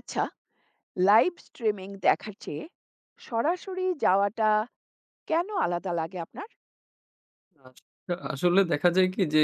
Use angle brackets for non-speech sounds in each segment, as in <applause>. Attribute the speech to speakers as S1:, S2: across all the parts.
S1: আচ্ছা, live streaming দেখার চেয়ে সরাসরি যাওয়াটা কেন আলাদা লাগে আপনার?
S2: আস আসলে দেখা যায় কি যে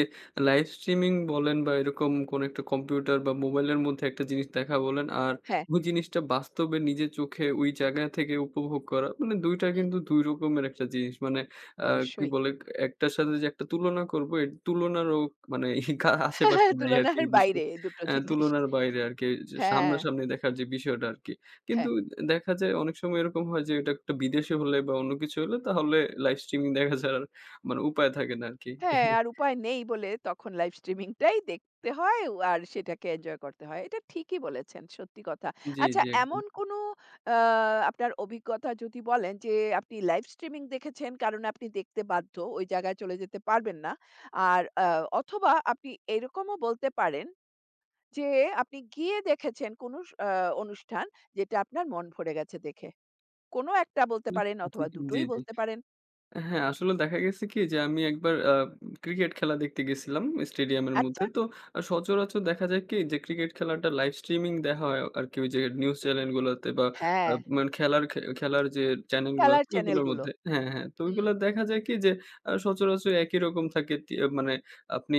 S2: লাইভ স্ট্রিমিং বলেন বা এরকম কোন একটা কম্পিউটার বা মোবাইলের মধ্যে একটা জিনিস দেখা বলেন আর
S1: হ্যাঁ,
S2: ওই জিনিসটা বাস্তবে নিজের চোখে ওই জায়গা থেকে উপভোগ করা মানে ২ টা
S1: হুম,
S2: কিন্তু ২ রকমের একটা জিনিস। মানে আ কি
S1: অবশ্যই।
S2: বলে একটার সাথে যে একটা তুলনা করব এর তুলনারও মানে গা আশেপাশে
S1: <laughs>
S2: নাই আরকি
S1: তুলনার
S2: এই বিষয়ে।
S1: বাইরে দুটো জিনিস।
S2: তুলনার বাইরে আরকি যে
S1: হ্যাঁ,
S2: সামনাসামনি দেখার যে বিষয়টা আরকি। কিন্তু
S1: হ্যাঁ,
S2: দেখা যায় অনেক সময় এরকম হয় যে এটা একটা বিদেশে হলে বা অন্য কিছু হলে তাহলে লাইভ স্ট্রিমিং দেখা যায় আর মানে উপায় থাকে না আরকি।
S1: হ্যাঁ, আর উপায় নেই বলে তখন লাইভ স্ট্রিমিংটাই দেখতে হয় আর সেটাকে এনজয় করতে হয়। এটা ঠিকই বলেছেন, সত্যি কথা।
S2: জি,
S1: আচ্ছা,
S2: জি, একদম।
S1: এমন কোনো আ আপনার অভিজ্ঞতা যদি বলেন যে আপনি লাইভ স্ট্রিমিং দেখেছেন কারণ আপনি দেখতে বাধ্য, ওই জায়গায় চলে যেতে পারবেন না। আর অথবা আপনি এরকমও বলতে পারেন যে আপনি গিয়ে দেখেছেন কোনো স আ অনুষ্ঠান যেটা আপনার মন ভরে গেছে দেখে। কোনো একটা বলতে পারেন অথবা
S2: জি,
S1: দুটোই
S2: জি।
S1: বলতে পারেন।
S2: হ্যাঁ, আসলে দেখা গেছে কি যে আমি একবার ক্রিকেট খেলা দেখতে গেছিলাম স্টেডিয়ামের মধ্যে।
S1: আচ্ছা,
S2: তো সচরাচর দেখা যায় কি যে ক্রিকেট খেলাটা লাইভ স্ট্রিমিং দেখা হয় আরকি ওই যে নিউজ চ্যানেলগুলোতে বা আ
S1: হ্যাঁ,
S2: মানে খেলার যে চ্যানেলগুলো
S1: খেলার
S2: আছে ওইগুলোর
S1: চ্যানেলগুলো।
S2: মধ্যে, হ্যাঁ, হ্যাঁ। তো
S1: হুম।
S2: ওইগুলো দেখা যায় কি যে সচরাচর একই রকম থাকে মানে আপনি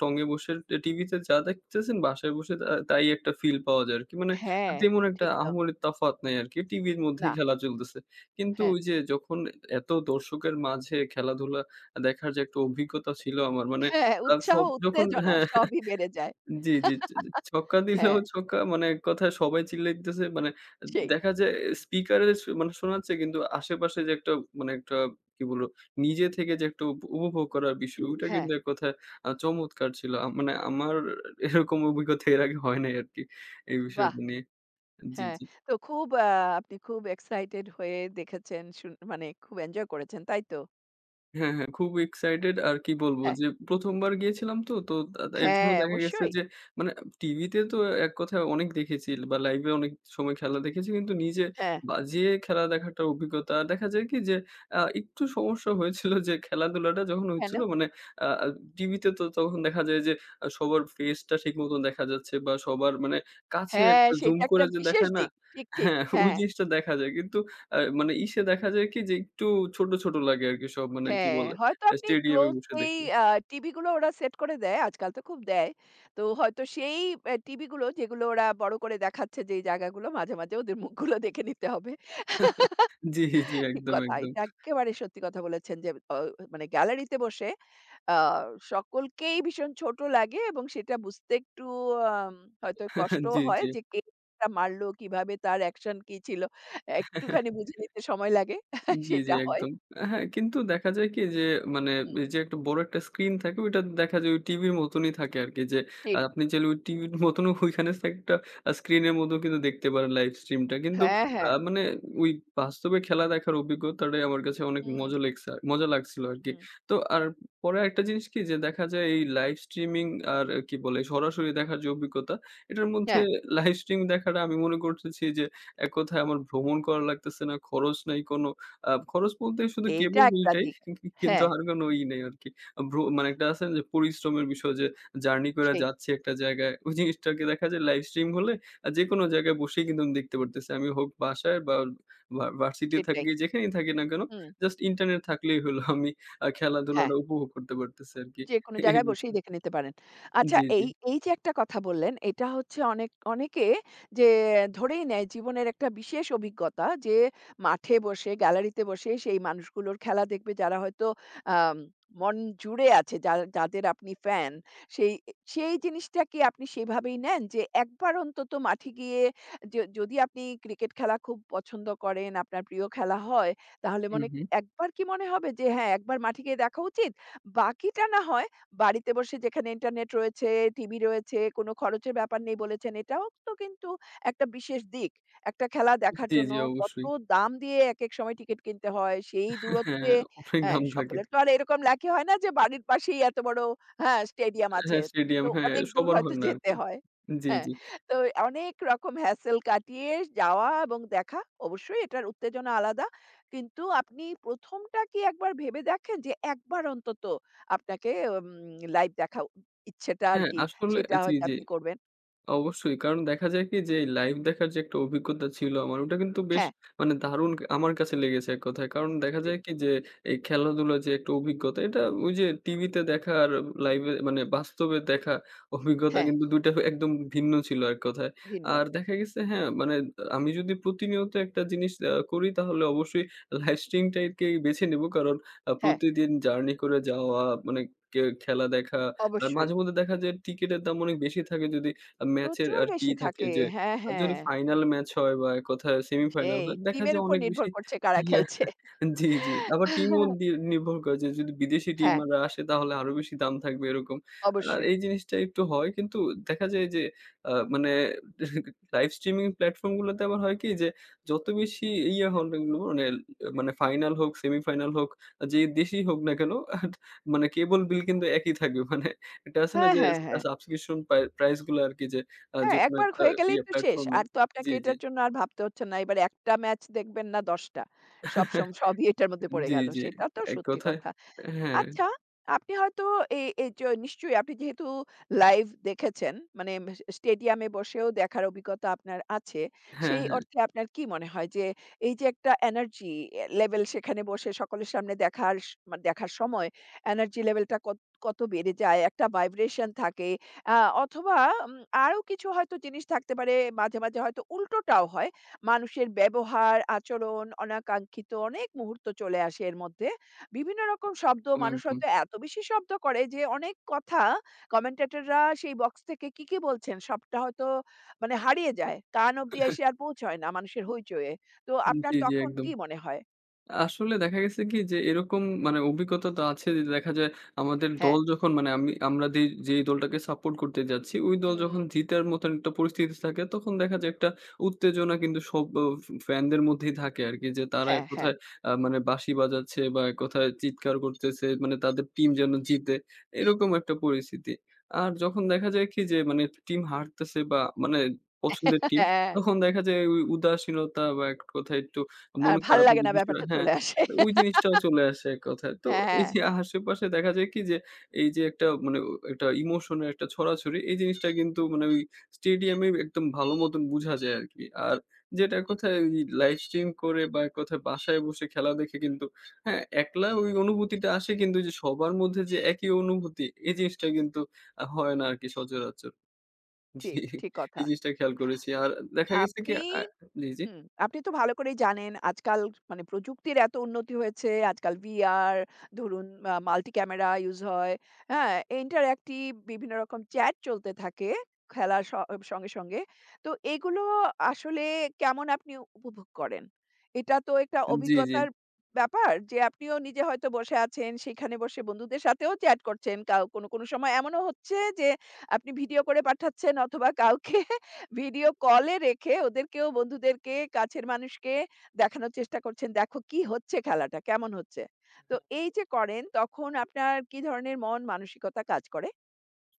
S2: টঙ্গে বসে টিভিতে যা দেখতেছেন বাসায় বসে তাই একটা ফিল পাওয়া যায় আরকি। মানে
S1: হ্যাঁ,
S2: তেমন একটা
S1: ঠিক তো।
S2: আহামরি তফাৎ নাই আরকি। টিভির
S1: না।
S2: মধ্যেই খেলা চলতেছে। কিন্তু
S1: হ্যাঁ,
S2: ওই যে যখন এত দর্শকের মাঝে খেলাধুলা দেখার যে একটা অভিজ্ঞতা ছিল আমার। মানে
S1: হ্যাঁ, উৎসাহ
S2: সব যখন,
S1: উত্তেজনা
S2: হ্যাঁ,
S1: সবই বেড়ে যায়।
S2: জি, জি। জি, জি। ছক্কা দিলেও
S1: হ্যাঁ,
S2: ছক্কা মানে এক কথায় সবাই চিল্লাইতেছে। মানে
S1: সেই।
S2: দেখা যায় স্পিকারে মানে শোনাচ্ছে কিন্তু আশেপাশে যে একটা মানে একটা কি বলবো? নিজে থেকে যে একটা উপভোগ করার বিষয় ওইটা
S1: হ্যাঁ,
S2: কিন্তু এক কথায় চমৎকার ছিল। মানে আমার এরকম অভিজ্ঞতা এর আগে হয় নাই আরকি এই
S1: বাহ!
S2: বিষয়টা নিয়ে। জি,
S1: হ্যাঁ,
S2: জি।
S1: তো খুব আপনি খুব এক্সাইটেড হয়ে দেখেছেন শুন মানে খুব এনজয় করেছেন, তাই তো?
S2: হ্যাঁ, হ্যাঁ, খুব এক্সাইটেড আর কি বলবো
S1: হ্যাঁ,
S2: যে ১ম বার গিয়েছিলাম তো, তো তা তা এর জন্য
S1: হ্যাঁ,
S2: দেখা গেছে
S1: অবশ্যই।
S2: যে মানে টিভিতে তো এক কথায় অনেক দেখেছি বা লাইভে অনেক সময় খেলা দেখেছি। কিন্তু নিজে
S1: হ্যাঁ,
S2: বাজিয়ে খেলা দেখাটা অভিজ্ঞতা দেখা যায় কি যে একটু সমস্যা হয়েছিল যে খেলাধুলাটা যখন
S1: কেন?
S2: হচ্ছিল মানে আ আ টিভিতে তো তখন দেখা যায় যে সবার ফেসটা ঠিক মতন দেখা যাচ্ছে বা সবার মানে কাছে
S1: হ্যাঁ,
S2: একটা জুম
S1: সেইটা
S2: করে
S1: একটা
S2: যে
S1: বিশেষ
S2: দেখায় না?
S1: দিক। ঠিক, ঠিক।
S2: হ্যাঁ, ওই
S1: হ্যাঁ।
S2: জিনিসটা দেখা যায়। কিন্তু আর মানে ইসে দেখা যায় কি যে একটু ছোট, ছোট লাগে আরকি সব মানে কি
S1: হ্যাঁ,
S2: বলে?
S1: হয়তো আপনি
S2: স্টেডিয়ামে
S1: ক্লোজ
S2: বসে
S1: যেই
S2: দেখলে।
S1: টিভিগুলো ওরা সেট করে দেয়, আজকাল তো খুব দেয়। তো হয়তো সেই টিভিগুলো যেগুলো ওরা বড় করে দেখাচ্ছে যেই জায়গাগুলো মাঝে, মাঝে ওদের মুখগুলো দেখে নিতে হবে।
S2: জি, জি,
S1: ঠিক
S2: একদম,
S1: কথা।
S2: একদম।
S1: এটা এক্কেবারে সত্যি কথা বলেছেন যে মানে গ্যালারিতে বসে আ সকলকেই ভীষণ ছোট লাগে এবং সেটা বুঝতে একটু আম হয়তো কষ্টও
S2: জি,
S1: হয়
S2: জি।
S1: যে কে টা মারলো, কিভাবে তার অ্যাকশন কি ছিল? একটুখানি বুঝে নিতে সময় লাগে। <laughs>
S2: জি, জি,
S1: সেটা হয়।
S2: একদম। হ্যাঁ, কিন্তু দেখা যায় কি যে মানে
S1: হুম।
S2: এই যে একটা বড় একটা স্ক্রিন থাকে ওইটা দেখা যায় ওই টিভির মতনই থাকে আরকি যে
S1: ঠিক।
S2: আপনি চাইলে ওই টিভির মতনও ওইখানে <laughs> থাকে একটা স্ক্রিনের মতো কিন্তু দেখতে পারেন লাইভ স্ট্রিমটা। কিন্তু
S1: হ্যাঁ, হ্যাঁ।
S2: মানে ওই বাস্তবে খেলা দেখার অভিজ্ঞতাটাই আমার কাছে অনেক
S1: হুম।
S2: মজা লাগছিল আরকি।
S1: হুম,
S2: তো আর পরে আরেকটা জিনিস কি যে দেখা যায় এই লাইভ স্ট্রিমিং আর কি বলে সরাসরি দেখার যে অভিজ্ঞতা এটার মধ্যে
S1: হ্যাঁ,
S2: লাইভ স্ট্রিম দেখাটা আমি মনে করতেছি যে এক কথায় আমার ভ্রমণ করা লাগতেছে না, খরচ নাই কোনো। খরচ বলতে শুধু
S1: এইটা
S2: কেবল
S1: একটা
S2: বিলটাই।
S1: দিক।
S2: কিন্তু
S1: হ্যাঁ,
S2: আর কোনো ই নেই আরকি। ভ্রু মানে একটা আছে না যে পরিশ্রমের বিষয় যে জার্নি করে
S1: সেই
S2: যাচ্ছি একটা জায়গায়। ওই জিনিসটাকে দেখা যায় লাইভ স্ট্রিম হলে যেকোনো জায়গায় বসেই কিন্তু আমি দেখতে পারতেছি। আমি হোক বাসায় বা ভার্সিটি
S1: সেটাই।
S2: থাকি যেখানেই থাকি না কেন
S1: হুম,
S2: জাস্ট ইন্টারনেট থাকলেই হলো আমি
S1: হ্যাঁ।
S2: খেলাধুলাটা উপভোগ করতে পারতেছি আরকি।
S1: যেকোনো
S2: এই
S1: জায়গায় বসেই
S2: বিষয়।
S1: দেখে নিতে পারেন। আচ্ছা,
S2: জি, জি।
S1: এই, এই যে একটা কথা বললেন, এটা হচ্ছে অনেক অনেকে যে ধরেই নেয় জীবনের একটা বিশেষ অভিজ্ঞতা যে মাঠে বসে, গ্যালারিতে বসে সেই মানুষগুলোর খেলা দেখবে যারা হয়তো আম মন জুড়ে আছে যা যাদের আপনি ফ্যান। সেই সেই জিনিসটা কি আপনি সেভাবেই নেন যে একবার অন্তত মাঠে গিয়ে য যদি আপনি ক্রিকেট খেলা খুব পছন্দ করেন, আপনার প্রিয় খেলা হয়, তাহলে
S2: হুম,
S1: মনে
S2: হুম।
S1: একবার কি মনে হবে যে হ্যাঁ, একবার মাঠে গিয়ে দেখা উচিত? বাকিটা না হয় বাড়িতে বসে যেখানে ইন্টারনেট রয়েছে, টিভি রয়েছে, কোনো খরচের ব্যাপার নেই বলেছেন। এটাও তো কিন্তু একটা বিশেষ দিক। একটা খেলা দেখার
S2: জি,
S1: জন্য
S2: জি,
S1: কত
S2: অবশ্যই।
S1: দাম দিয়ে একেক সময় টিকিট কিনতে হয়। সেই
S2: হ্যাঁ,
S1: দূরত্বে
S2: অনেক
S1: হ্যাঁ,
S2: দাম থাকে।
S1: সকলের তো আর এরকম লাকি হয় না যে বাড়ির পাশেই এত বড় হ্যাঁ, স্টেডিয়াম আছে।
S2: হ্যাঁ, স্টেডিয়াম,
S1: তো
S2: হ্যাঁ,
S1: অনেক দূর
S2: সবার
S1: হয়তো
S2: হয় না
S1: <laughs> যেতে
S2: আরকি।
S1: হয়।
S2: জি,
S1: হ্যাঁ,
S2: জি।
S1: তো অনেক রকম হ্যাসেল কাটিয়ে যাওয়া এবং দেখা অবশ্যই এটার উত্তেজনা আলাদা। কিন্তু আপনি ১ম টা কি একবার ভেবে দেখেন যে একবার অন্তত আপনাকে উম লাইভ দেখা ইচ্ছেটা
S2: হ্যাঁ,
S1: আরকি,
S2: আসলে
S1: সেটা
S2: জি,
S1: হয়তো
S2: জি।
S1: আপনি করবেন।
S2: অবশ্যই। কারণ দেখা যায় কি যে এই লাইভ দেখার যে একটা অভিজ্ঞতা ছিল আমার ওটা কিন্তু বেশ
S1: হ্যাঁ,
S2: মানে দারুণ ক- আমার কাছে লেগেছে এক কথায়। কারণ দেখা
S1: নিশ্চয়ই।
S2: যায় কি যে এই খেলাধুলার যে একটা অভিজ্ঞতা এটা ওই যে টিভিতে দেখা আর লাইভে মানে বাস্তবে দেখা অভিজ্ঞতা
S1: হ্যাঁ,
S2: কিন্তু ২ টা একদম ভিন্ন ছিল এক কথায়।
S1: ভিন্ন।
S2: আর দেখা গেছে, হ্যাঁ, মানে আমি যদি প্রতিনিয়ত একটা জিনিস করি তাহলে অবশ্যই লাইভ স্ট্রিম টাকেই বেছে নেব। কারণ
S1: হ্যাঁ,
S2: প্রতিদিন জার্নি করে যাওয়া মানে কে খেলা দেখা আর
S1: অবশ্যই।
S2: মাঝে মধ্যে দেখা যায় টিকেটের দাম অনেক বেশি থাকে যদি ম্যাচের
S1: প্রচুর
S2: আরকি
S1: বেশি
S2: ই থাকে
S1: থাকে।
S2: যে
S1: হ্যাঁ,
S2: যদি
S1: হ্যাঁ।
S2: ফাইনাল ম্যাচ হয় বা এককথায় সেমিফাইনাল
S1: সেই
S2: হয় দেখা
S1: টিমের
S2: যায়
S1: উপর
S2: অনেক
S1: নির্ভর
S2: বেশি,
S1: করছে কারা
S2: হ্যাঁ,
S1: খেলছে।
S2: জি, জি। আবার টিমও নির্ভর করে যে যদি বিদেশি
S1: হ্যাঁ,
S2: টিমরা আসে তাহলে আরো বেশি দাম থাকবে এরকম। আর
S1: অবশ্যই।
S2: এই জিনিসটা একটু হয় কিন্তু দেখা যায় যে মানে লাইভ স্ট্রিমিং প্ল্যাটফর্ম গুলোতে আবার হয় কি যে যত বেশি ইয়ে হল এগুলো মানে মানে ফাইনাল হোক, সেমিফাইনাল হোক, যে দেশই হোক না কেন মানে কেবল বিল কিন্তু একই থাকবে। মানে এটা আছে না
S1: হ্যাঁ,
S2: যে
S1: হ্যাঁ, হ্যাঁ।
S2: সাবস্ক্রিপশন প্রাইস গুলো আরকি যে
S1: হ্যাঁ,
S2: যেকোনো
S1: একবার
S2: একটা
S1: হয়ে গেলেই
S2: ইয়ে
S1: তো শেষ।
S2: প্লাটফর্ম এর
S1: আর তো
S2: জি,
S1: আপনাকে
S2: জি।
S1: এটার জন্য আর ভাবতে হচ্ছে না। এবার একটা ম্যাচ দেখবেন না ১০ টা। সব
S2: <laughs>
S1: সম সবই এটার মধ্যে পড়ে
S2: জি,
S1: গেল।
S2: জি।
S1: সেটা তো
S2: এক
S1: সত্যি
S2: কথায়,
S1: কথা।
S2: হ্যাঁ,
S1: আচ্ছা, আপনি হয়তো এই এই চ নিশ্চয়ই আপনি যেহেতু লাইভ দেখেছেন, মানে স স্টেডিয়ামে বসেও দেখার অভিজ্ঞতা আপনার আছে।
S2: হ্যাঁ,
S1: সেই
S2: হ্যাঁ,
S1: অর্থে আপনার কি মনে হয় যে, এই যে একটা এনার্জি এ লেভেল সেখানে বসে সকলের সামনে দেখার স মানে দেখার সময় এনার্জি লেভেলটা কত কত বেড়ে যায়? একটা ভাইব্রেশন থাকে। আ অথবা উম আরো কিছু হয়তো জিনিস থাকতে পারে, মাঝে, মাঝে হয়তো উল্টোটাও হয়। মানুষের ব্যবহার, আচরণ, অনাকাঙ্ক্ষিত অনেক মুহূর্ত চলে আসে এর মধ্যে। বিভিন্ন রকম শব্দ
S2: একদম,
S1: মানুষ
S2: একদম।
S1: হয়তো এত বেশি শব্দ করে যে অনেক কথা কমেন্টেটররা সেই বক্স থেকে কি, কি বলছেন সবটা হয়তো মানে হারিয়ে যায়। কান অব্দি এসে আর পৌঁছয় না মানুষের হইচইয়ে। তো আপনার
S2: জি, জি,
S1: তখন
S2: একদম।
S1: কি মনে হয়?
S2: আসলে দেখা গেছে কি যে এরকম মানে অভিজ্ঞতা তো আছে যে দেখা যায় আমাদের
S1: হ্যাঁ।
S2: দল যখন মানে আমরা যেই দলটাকে সাপোর্ট করতে যাচ্ছি ওই দল
S1: হুম।
S2: যখন জিতার মতন একটা পরিস্থিতি থাকে তখন দেখা যায় একটা উত্তেজনা কিন্তু সব ফ্যানদের মধ্যেই থাকে আরকি যে তারা এক
S1: হ্যাঁ, হ্যাঁ।
S2: কথায় মানে বাঁশি বাজাচ্ছে বা এক কথায় চিৎকার করতেছে মানে তাদের টিম
S1: হুম,
S2: যেন
S1: হুম।
S2: জিতে এরকম একটা পরিস্থিতি। আর যখন দেখা যায় কি যে মানে টিম হারতেছে বা মানে পছন্দের টিম
S1: হ্যাঁ,
S2: তখন দেখা যায় ওই উদাসীনতা বা এক কথায় একটু মন
S1: আর ভাল
S2: খারাপের
S1: লাগে
S2: যে
S1: না
S2: বিষয়,
S1: ব্যাপারটা
S2: হ্যাঁ,
S1: চলে আসে।
S2: ওই জিনিসটাও চলে আসে এক কথায়। তো
S1: হ্যাঁ,
S2: এই
S1: হ্যাঁ,
S2: যে আশেপাশে দেখা যায় কি যে এই যে একটা মানে ও একটা ইমোশনের একটা ছড়াছড়ি এই জিনিসটা কিন্তু মানে ওই স্টেডিয়ামে একদম ভালো মতন বুঝা যায় আরকি। আর যেটা এক কথায় ওই লাইভ স্ট্রিম করে বা এক কথায় বাসায় বসে খেলা দেখে কিন্তু, হ্যাঁ, একলা ওই অনুভূতিটা আসে কিন্তু যে সবার মধ্যে যে একই অনুভূতি এই জিনিসটা কিন্তু হয় না আরকি সচরাচর। জি,
S1: ঠিক, ঠিক
S2: এই
S1: কথা।
S2: জিনিসটা খেয়াল করেছি। আর দেখা গেছে কি
S1: আপনি
S2: জি, জি।
S1: হুম, আপনি তো ভালো করেই জানেন আজকাল মানে প্রযুক্তির এত উন্নতি হয়েছে। আজকাল VR ধরুন মাল্টি ক্যামেরা ইউস হয়। হ্যাঁ? ইন্টারঅ্যাক্টিভ বিভিন্ন রকম চ্যাট চলতে থাকে খেলার স সঙ্গে, সঙ্গে। তো এগুলো আসলে কেমন আপনি উপভোগ করেন? এটা তো একটা
S2: জি, জি।
S1: অভিজ্ঞতার ব্যাপার যে আপনিও নিজে হয়তো বসে আছেন, সেখানে বসে বন্ধুদের সাথেও চ্যাট করছেন। কাউ কোনো, কোনো সময় এমনও হচ্ছে যে আপনি ভিডিও করে পাঠাচ্ছেন অথবা কাউকে ভিডিও কলে রেখে ওদেরকেও বন্ধুদেরকে, কাছের মানুষকে দেখানোর চেষ্টা করছেন, দেখো কি হচ্ছে খেলাটা, কেমন হচ্ছে। তো এই যে করেন তখন আপনার কি ধরনের মন মানসিকতা কাজ করে?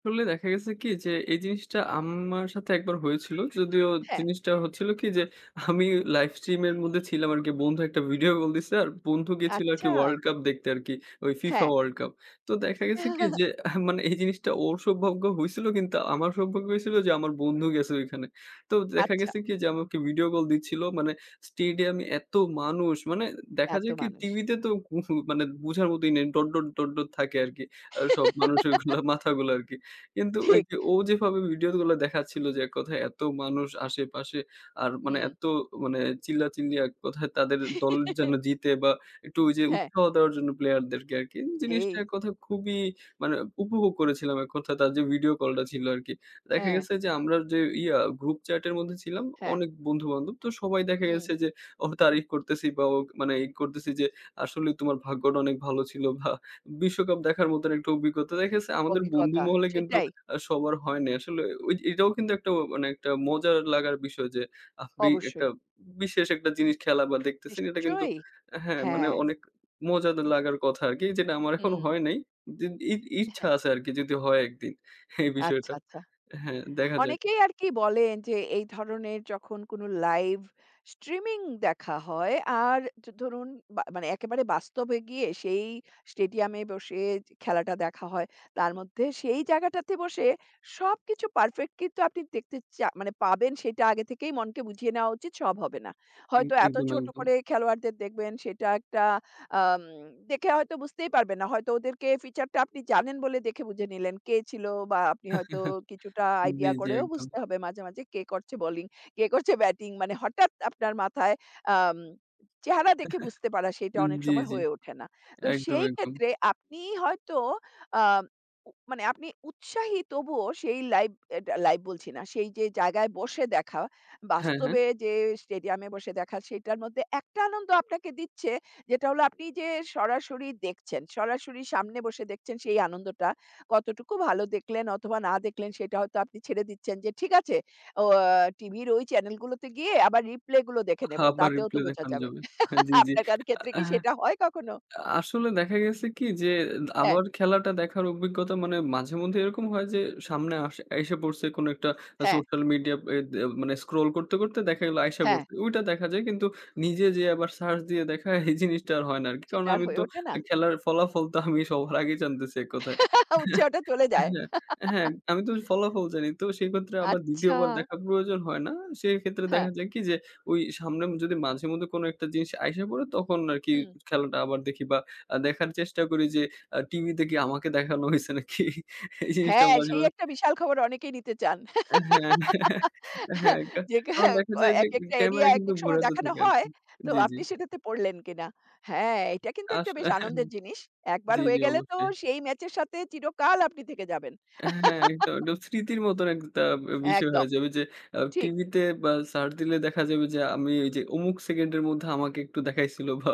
S2: আসলে দেখা গেছে কি যে, এই জিনিসটা আমার সাথে একবার হয়েছিল। যদিও
S1: হ্যাঁ,
S2: জিনিসটা হচ্ছিল কি যে, আমি লাইভ স্ট্রিম এর মধ্যে ছিলাম আরকি। বন্ধু একটা ভিডিও কল দিছে। আর বন্ধু গেছিল আরকি
S1: আচ্ছা,
S2: ওয়ার্ল্ড কাপ দেখতে আরকি। ওই FIFA
S1: হ্যাঁ,
S2: ওয়ার্ল্ড কাপ। তো দেখা গেছে কি যে,
S1: <laughs>
S2: মানে এই জিনিসটা ওর সৌভাগ্য হইছিল কিন্তু আমার সৌভাগ্য হইছিল যে, আমার বন্ধু গেছে ওইখানে। তো দেখা
S1: আচ্ছা,
S2: গেছে কি যে, আমাকে ভিডিও কল দিচ্ছিল। মানে স্টেডিয়ামে এত মানুষ মানে দেখা
S1: এত
S2: যায় কি
S1: মানুষ।
S2: টিভিতে তো মানে বুঝার মতই নেই। ডট, ডট, ডট, ডট থাকে আরকি। সব মানুষের গুলা মাথাগুলো আরকি। কিন্তু ওই
S1: ঠিক,
S2: যে ও যেভাবে ভিডিওগুলো দেখাচ্ছিল যে এক কথায় এত মানুষ আশেপাশে আর মানে
S1: হুম।
S2: এত মানে চিল্লাচিল্লি এক কথায় তাদের দল যেন জিতে বা একটু ওই যে
S1: হ্যাঁ,
S2: উৎসাহ দেওয়ার জন্য প্লেয়ারদেরকে আরকি।
S1: সেই,
S2: জিনিসটা এক কথায় খুবই মানে উপভোগ করেছিলাম এক কথায় তার যে ভিডিও কলটা ছিল আরকি। দেখা
S1: হ্যাঁ,
S2: গেছে যে আমরা যে ইয়া গ্রুপ চ্যাটের মধ্যে ছিলাম
S1: হ্যাঁ,
S2: অনেক বন্ধু-বান্ধব। তো সবাই দেখা
S1: হুম,
S2: গেছে যে ওর তারিফ করতেছি বা ও মানে ই করতেছি যে আসলেই তোমার ভাগ্যটা অনেক ভালো ছিল বা বিশ্বকাপ দেখার মতন একটা অভিজ্ঞতা। দেখা গেছে আমাদের বন্ধু
S1: অভিজ্ঞতা
S2: মহলে কিন্তু
S1: সেটাই,
S2: সবার হয় নাই। আসলে ওই যে- এটাও কিন্তু একটা মানে একটা মজার লাগার বিষয় যে আপনি একটা
S1: অবশ্যই,
S2: বিশেষ একটা জিনিস খেলা বা দেখতেছেন এটা কিন্তু,
S1: নিশ্চয়ই।
S2: হ্যাঁ, মানে
S1: হ্যাঁ,
S2: অনেক মজাদার লাগার কথা আরকি। যেটা আমার এখনো
S1: হুম,
S2: হয় নাই। যে ই ইচ্ছা আছে আরকি যদি হয় একদিন এই
S1: আচ্ছা,
S2: বিষয়টা।
S1: আচ্ছা।
S2: হ্যাঁ, দেখা যাক।
S1: অনেকেই আরকি বলেন যে এই ধরনের যখন কোনো লাইভ স্ট্রিমিং দেখা হয় আর য ধরুন বা মানে একেবারে বাস্তবে গিয়ে সেই স্টেডিয়ামে বসে যে খেলাটা দেখা হয়। তার মধ্যে সেই জায়গাটাতে বসে সবকিছু পারফেক্ট কিন্তু আপনি দেখতে চা মানে পাবেন সেটা আগে থেকেই মনকে বুঝিয়ে নেওয়া উচিত সব হবে না।
S2: এক
S1: হয়তো এত
S2: একদম,
S1: ছোট
S2: একদম।
S1: করে খেলোয়াড়দের দেখবেন সেটা একটা আম দেখে হয়তো বুঝতেই পারবেন না। হয়তো ওদেরকে ফিচারটা আপনি জানেন বলে দেখে বুঝে নিলেন কে ছিল বা আপনি হয়তো
S2: <laughs>
S1: কিছুটা
S2: জি,
S1: আইডিয়া
S2: জি,
S1: করেও
S2: একদম।
S1: বুঝতে হবে মাঝে, মাঝে কে করছে বোলিং, কে করছে ব্যাটিং। মানে হঠাৎ আপনার মাথায় আম চেহারা দেখে বুঝতে পারা সেটা অনেক
S2: জি,
S1: সময়
S2: জি।
S1: হয়ে ওঠে না। তো
S2: একদম,
S1: সেই
S2: একদম।
S1: ক্ষেত্রে আপনি হয়তো আম উ মানে আপনি উৎসাহী তবুও সেই লাইভ এটা লাইভ বলছি না। সেই যে জায়গায় বসে দেখা,
S2: হ্যাঁ, হ্যাঁ।
S1: বাস্তবে যে স্টেডিয়ামে বসে দেখা সেটার মধ্যে একটা আনন্দ আপনাকে দিচ্ছে যেটা হলো আপনি যে সরাসরি দেখছেন, সরাসরি সামনে বসে দেখছেন সেই আনন্দটা কতটুকু ভালো দেখলেন অথবা না দেখলেন সেটা হয়তো আপনি ছেড়ে দিচ্ছেন যে ঠিক আছে ও আ টিভির ওই চ্যানেলগুলোতে গিয়ে আবার রিপ্লে গুলো দেখে নেব।
S2: আবার
S1: তাতেও তো
S2: রিপ্লে
S1: বোঝা
S2: দেখানো
S1: যাবে।
S2: যাবে। হ্যাঁ,
S1: <laughs>
S2: জি, জি।
S1: আপনার কার ক্ষেত্রে
S2: আ
S1: কি সেটা হয় কখনো?
S2: আসলে দেখা গেছে কি যে
S1: হ্যাঁ,
S2: আমার খেলাটা দেখার অভিজ্ঞতা মানে মাঝে মধ্যে এরকম হয় যে সামনে আসে আইসা পড়ছে কোনো একটা
S1: হ্যাঁ,
S2: সোশ্যাল মিডিয়া মানে স্ক্রোল করতে করতে দেখা গেলো আইসা
S1: হ্যাঁ।
S2: পড়ছে। ওইটা দেখা যায় কিন্তু নিজে যেয়ে আবার সার্চ দিয়ে দেখা এই জিনিসটা আর হয় না আরকি। কারণ
S1: সেটা আর
S2: আমি
S1: হয়ে
S2: তো
S1: ওঠে না?
S2: খেলার ফলাফল তো আমি সবার আগে জানতেছি এক কথায়।
S1: <laughs> উৎসাহটা চলে যায়।
S2: হ্যাঁ, হ্যাঁ, আমি তো ফলাফল জানি। তো সেক্ষেত্রে আবার ২য়
S1: আচ্ছা।
S2: বার দেখার প্রয়োজন হয় না। সেক্ষেত্রে
S1: হ্যাঁ।
S2: দেখা যায় কি যে, ওই সামনে যদি মাঝেমধ্যে কোনো একটা জিনিস আইসা পড়ে তখন আরকি
S1: হুম।
S2: খেলাটা আবার দেখি বা দেখার চেষ্টা করি যে, টিভিতে কি আমাকে দেখানো হইছে নাকি? এই জিনিসটা
S1: হ্যাঁ,
S2: মাঝে,
S1: সেই
S2: মাঝে,
S1: একটা বিশাল খবর অনেকেই নিতে চান।
S2: হ্যাঁ, হ্যাঁ, হ্যাঁ, হ্যাঁ।
S1: যেটা
S2: কারণ দেখা যায় যে,
S1: একেকটা এরিয়া
S2: ক্যামেরা কিন্তু
S1: একেক সময়
S2: ঘোরাতে
S1: দেখানো
S2: থাকে
S1: হয়।
S2: আরকি।
S1: তো
S2: জি, জি।
S1: আপনি সেটাতে পড়লেন কিনা? হ্যাঁ, এটা কিন্তু
S2: আস
S1: একটা বেশ আনন্দের জিনিস। একবার
S2: জি,
S1: হয়ে
S2: জি,
S1: গেলে তো
S2: অবশ্যই।
S1: সেই ম্যাচের সাথে চিরকাল আপনি থেকে যাবেন।
S2: হ্যাঁ, একদম, একদম, স্মৃতির মতন একটা বিষয় হয়ে
S1: একদম,
S2: যাবে যে
S1: ঠিক।
S2: টিভিতে বা সার্চ দিলে দেখা যাবে যে আমি ওই যে অমুক সেকেন্ডের মধ্যে আমাকে একটু দেখাইছিল বা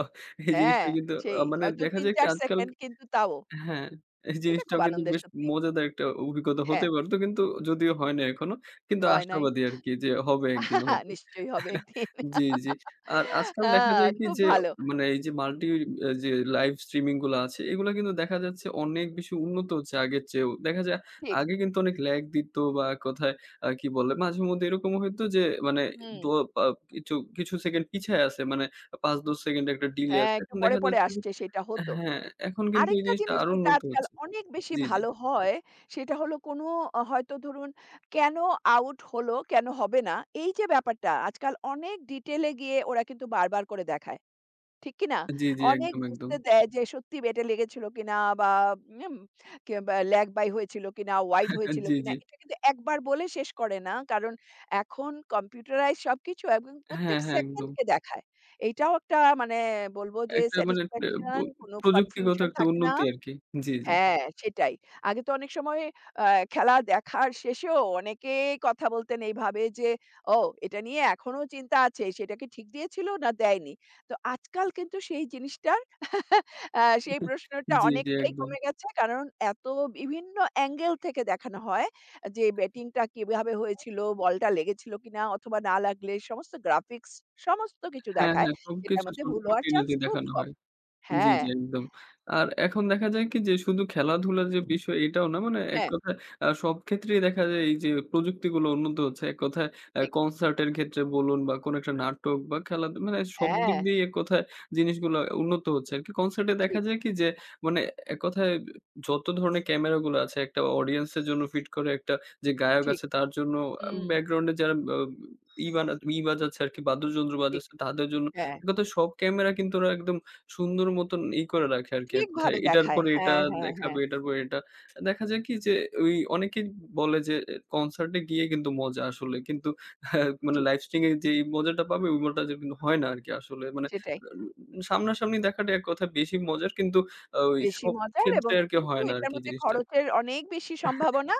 S2: এই জিনিসটা
S1: হ্যাঁ,
S2: কিন্তু
S1: সেই।
S2: মানে
S1: হয়তো
S2: দেখা যায় কি
S1: ৩-৪
S2: আজকাল,
S1: সেকেন্ড কিন্তু তাও।
S2: হ্যাঁ, এই
S1: এটা খুব
S2: জিনিসটাও কিন্তু
S1: আনন্দের
S2: বেশ
S1: সত্যি।
S2: মজাদার একটা অভিজ্ঞতা হতে
S1: হ্যাঁ,
S2: পারত। কিন্তু যদিও হয় নাই এখনো। কিন্তু
S1: হয় নাই।
S2: আশাবাদী আরকি যে হবে
S1: <laughs>
S2: একদিন
S1: আহা,
S2: হয়তো।
S1: নিশ্চয়ই হবে একদিন।
S2: জি, জি। আর আজকাল
S1: আ
S2: দেখা যায় কি
S1: খুব
S2: যে
S1: ভালো।
S2: মানে এই যে মাল্টি যে লাইভ স্ট্রিমিং গুলা আছে এগুলা কিন্তু দেখা যাচ্ছে অনেক বেশি উন্নত হচ্ছে আগের চেয়েও। দেখা যায়
S1: ঠিক।
S2: আগে কিন্তু অনেক ল্যাগ দিত বা কোথায় কি বলে মাঝেমধ্যে এরকমও হইতো যে মানে দ
S1: হুম।
S2: আ কিছু, কিছু সেকেন্ড পিছায় আছে। মানে ৫-১০ সেকেন্ড একটা ডিলে
S1: হ্যাঁ,
S2: আছে।
S1: একটু
S2: এখন
S1: পরে,
S2: দেখা
S1: পরে
S2: যাচ্ছে যে,
S1: আসছে সেটা হতো।
S2: হ্যাঁ, এখন কিন্তু এই
S1: আরেকটা
S2: জিনিসটা
S1: জিনিস
S2: আরো
S1: যেটা
S2: উন্নত
S1: আজকাল
S2: হচ্ছে।
S1: অনেক বেশি
S2: জি, জি।
S1: ভালো হয়, সেটা হলো কোনো হয়তো ধরুন কেন আউট হলো, কেন হবে না? এই যে ব্যাপারটা আজকাল অনেক ডিটেইলে গিয়ে ওরা কিন্তু বারবার করে দেখায়। ঠিক কি না?
S2: জি, জি,
S1: অনেক
S2: একদম, একদম।
S1: বুঝতে দেয় যে সত্যি বেটে লেগেছিল কিনা বা উম কিংবা ল্যাগ বাই হয়েছিল কিনা, ওয়াইড
S2: <laughs>
S1: হয়েছিল
S2: জি,
S1: কিনা।
S2: জি।
S1: এটা কিন্তু একবার বলে শেষ করে না। কারণ এখন কম্পিউটারাইজ সবকিছু এবং
S2: হ্যাঁ,
S1: প্রত্যেক
S2: হ্যাঁ, একদম।
S1: সেকেন্ডকে দেখায়। এইটাও একটা মানে বলব যে
S2: একটা মানে এ ব
S1: স্যাটিসফ্যাকশন, কোনো
S2: প্রযুক্তিগত
S1: কনফিউশন
S2: একটা
S1: থাকে না।
S2: উন্নতি আরকি। জি, জি।
S1: হ্যাঁ, সেটাই। আগে তো অনেক সময় আ খেলা দেখার শেষেও অনেকেই কথা বলতেন এইভাবে যে, "ও এটা নিয়ে এখনো চিন্তা আছে। সেটা কি ঠিক দিয়েছিল না দেয়নি?" তো আজকাল কিন্তু সেই জিনিসটার <laughs> সেই প্রশ্নটা
S2: জি, জি,
S1: অনেকটাই
S2: একদম।
S1: কমে গেছে। কারণ এত বিভিন্ন অ্যাঙ্গেল থেকে দেখানো হয় যে, ব্যাটিংটা কিভাবে হয়েছিল, বলটা লেগেছিল কিনা অথবা না লাগলে সমস্ত গ্রাফিক্স সমস্ত কিছু
S2: হ্যাঁ,
S1: দেখায়।
S2: হ্যাঁ,
S1: যেটার
S2: সবকিছু
S1: মধ্যে
S2: ছোট
S1: ভুল হওয়ার চান্স
S2: খুঁটিনাটি
S1: খুব
S2: দেখানো
S1: কম।
S2: হয়। জি,
S1: হ্যাঁ,
S2: জি, একদম। আর এখন দেখা যায় কি যে শুধু খেলাধুলার যে বিষয় এটাও না মানে এক
S1: হ্যাঁ,
S2: কথায় সব ক্ষেত্রেই দেখা যায় এই যে প্রযুক্তিগুলো উন্নত হচ্ছে। এক কথায় অ্যা
S1: ঠিক।
S2: কনসার্টের ক্ষেত্রে বলুন বা কোনো একটা নাটক বা খেলা মানে সব
S1: হ্যাঁ,
S2: দিক দিয়েই এক কথায় জিনিসগুলো উন্নত হচ্ছে আরকি। কনসার্টে দেখা
S1: ঠিক,
S2: যায় কি যে মানে এক কথায় যত ধরনের ক্যামেরাগুলো আছে একটা অডিয়েন্স এর জন্য ফিট করে একটা যে গায়ক
S1: ঠিক।
S2: আছে তার জন্য
S1: হুম,
S2: ব্যাকগ্রাউন্ডে যারা আ ই বানা ই বাজাচ্ছে আরকি বাদ্যযন্ত্র
S1: ঠিক।
S2: বাজাচ্ছে তাদের জন্য।
S1: হ্যাঁ।
S2: এক কথায় সব ক্যামেরা কিন্তু ওরা একদম সুন্দর মতন ই করে রাখে
S1: তো
S2: আরকি এক কথায়।
S1: ঠিকভাবে
S2: এটার
S1: দেখায়।
S2: পরে এটা
S1: হ্যাঁ, হ্যাঁ,
S2: দেখাবে,
S1: হ্যাঁ।
S2: এটার পরে এটা। দেখা যায় কি যে ওই অনেকেই বলে যে এ কনসার্টে গিয়ে কিন্তু মজা আসলে। কিন্তু <laughs> হ্যাঁ, মানে
S1: ঠিক।
S2: লাইভ স্ট্রিমিং এ যেই মজাটা পাবে ওই মজাটা কিন্তু হয় না আরকি আসলে। মানে
S1: সেটাই।
S2: সামনাসামনি দেখাটা এক কথায় বেশি মজার কিন্তু ওই
S1: বেশি
S2: সব
S1: মজার
S2: ক্ষেত্রে
S1: এবং
S2: আরকি
S1: কিন্তু
S2: হয় না
S1: এটার
S2: আরকি
S1: মধ্যে
S2: জিনিসটা।
S1: খরচের অনেক বেশি সম্ভাবনা।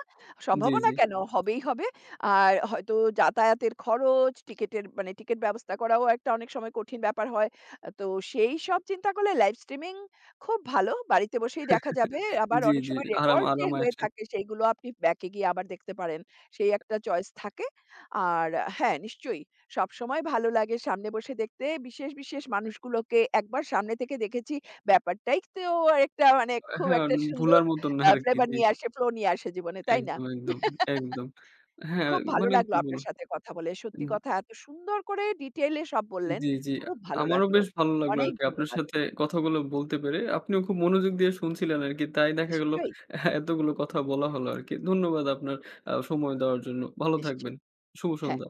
S2: জি,
S1: সম্ভাবনা
S2: জি।
S1: কেন? হবেই হবে। আর হয়তো যাতায়াতের খরচ, টিকেটের মানে টিকেট ব্যবস্থা করাও একটা অনেক সময় কঠিন ব্যাপার হয়। তো সেই সব চিন্তা করলে লাইভ স্ট্রিমিং খুব ভালো। বাড়িতে বসেই দেখা যাবে। আবার
S2: জি,
S1: অনেক
S2: জি।
S1: সময়
S2: আরাম
S1: রেকর্ড যে
S2: আরাম
S1: হয়ে
S2: আসে।
S1: থাকে সেইগুলো আপনি ব্যাকে গিয়ে আবার দেখতে পারেন। সেই একটা চয়েস থাকে। আর হ্যাঁ, নিশ্চয়ই সবসময় ভালো লাগে সামনে বসে দেখতে। বিশেষ, বিশেষ মানুষগুলোকে একবার সামনে থেকে দেখেছি ব্যাপারটাই তো একটা মানে খুব
S2: হ্যাঁ,
S1: একটা সুন্দর
S2: ভুলার মতন না আরকি।
S1: ফ্লেভার
S2: জি।
S1: নিয়ে আসে, ফ্লো নিয়ে আসে জীবনে, তাই না?
S2: একদম, একদম, একদম। হ্যাঁ,
S1: খুব ভালো
S2: মানে
S1: লাগলো
S2: কি
S1: আপনার
S2: বলবো
S1: সাথে কথা বলে। সত্যি কথা এত সুন্দর করে ডিটেইলে সব বললেন।
S2: জি, জি।
S1: খুব ভালো
S2: আমারও
S1: লাগলো।
S2: বেশ ভালো লাগলো
S1: অনেক
S2: আরকি আপনার
S1: ধন্যবাদ।
S2: সাথে কথাগুলো বলতে পেরে। আপনিও খুব মনোযোগ দিয়ে শুনছিলেন আরকি। তাই দেখা গেল
S1: নিশ্চয়ই,
S2: <laughs> এতগুলো কথা বলা হলো আরকি। ধন্যবাদ আপনার সময় দেওয়ার জন্য। ভালো থাকবেন।
S1: নিশ্চয়ই।
S2: শুভ
S1: হ্যাঁ।
S2: সন্ধ্যা।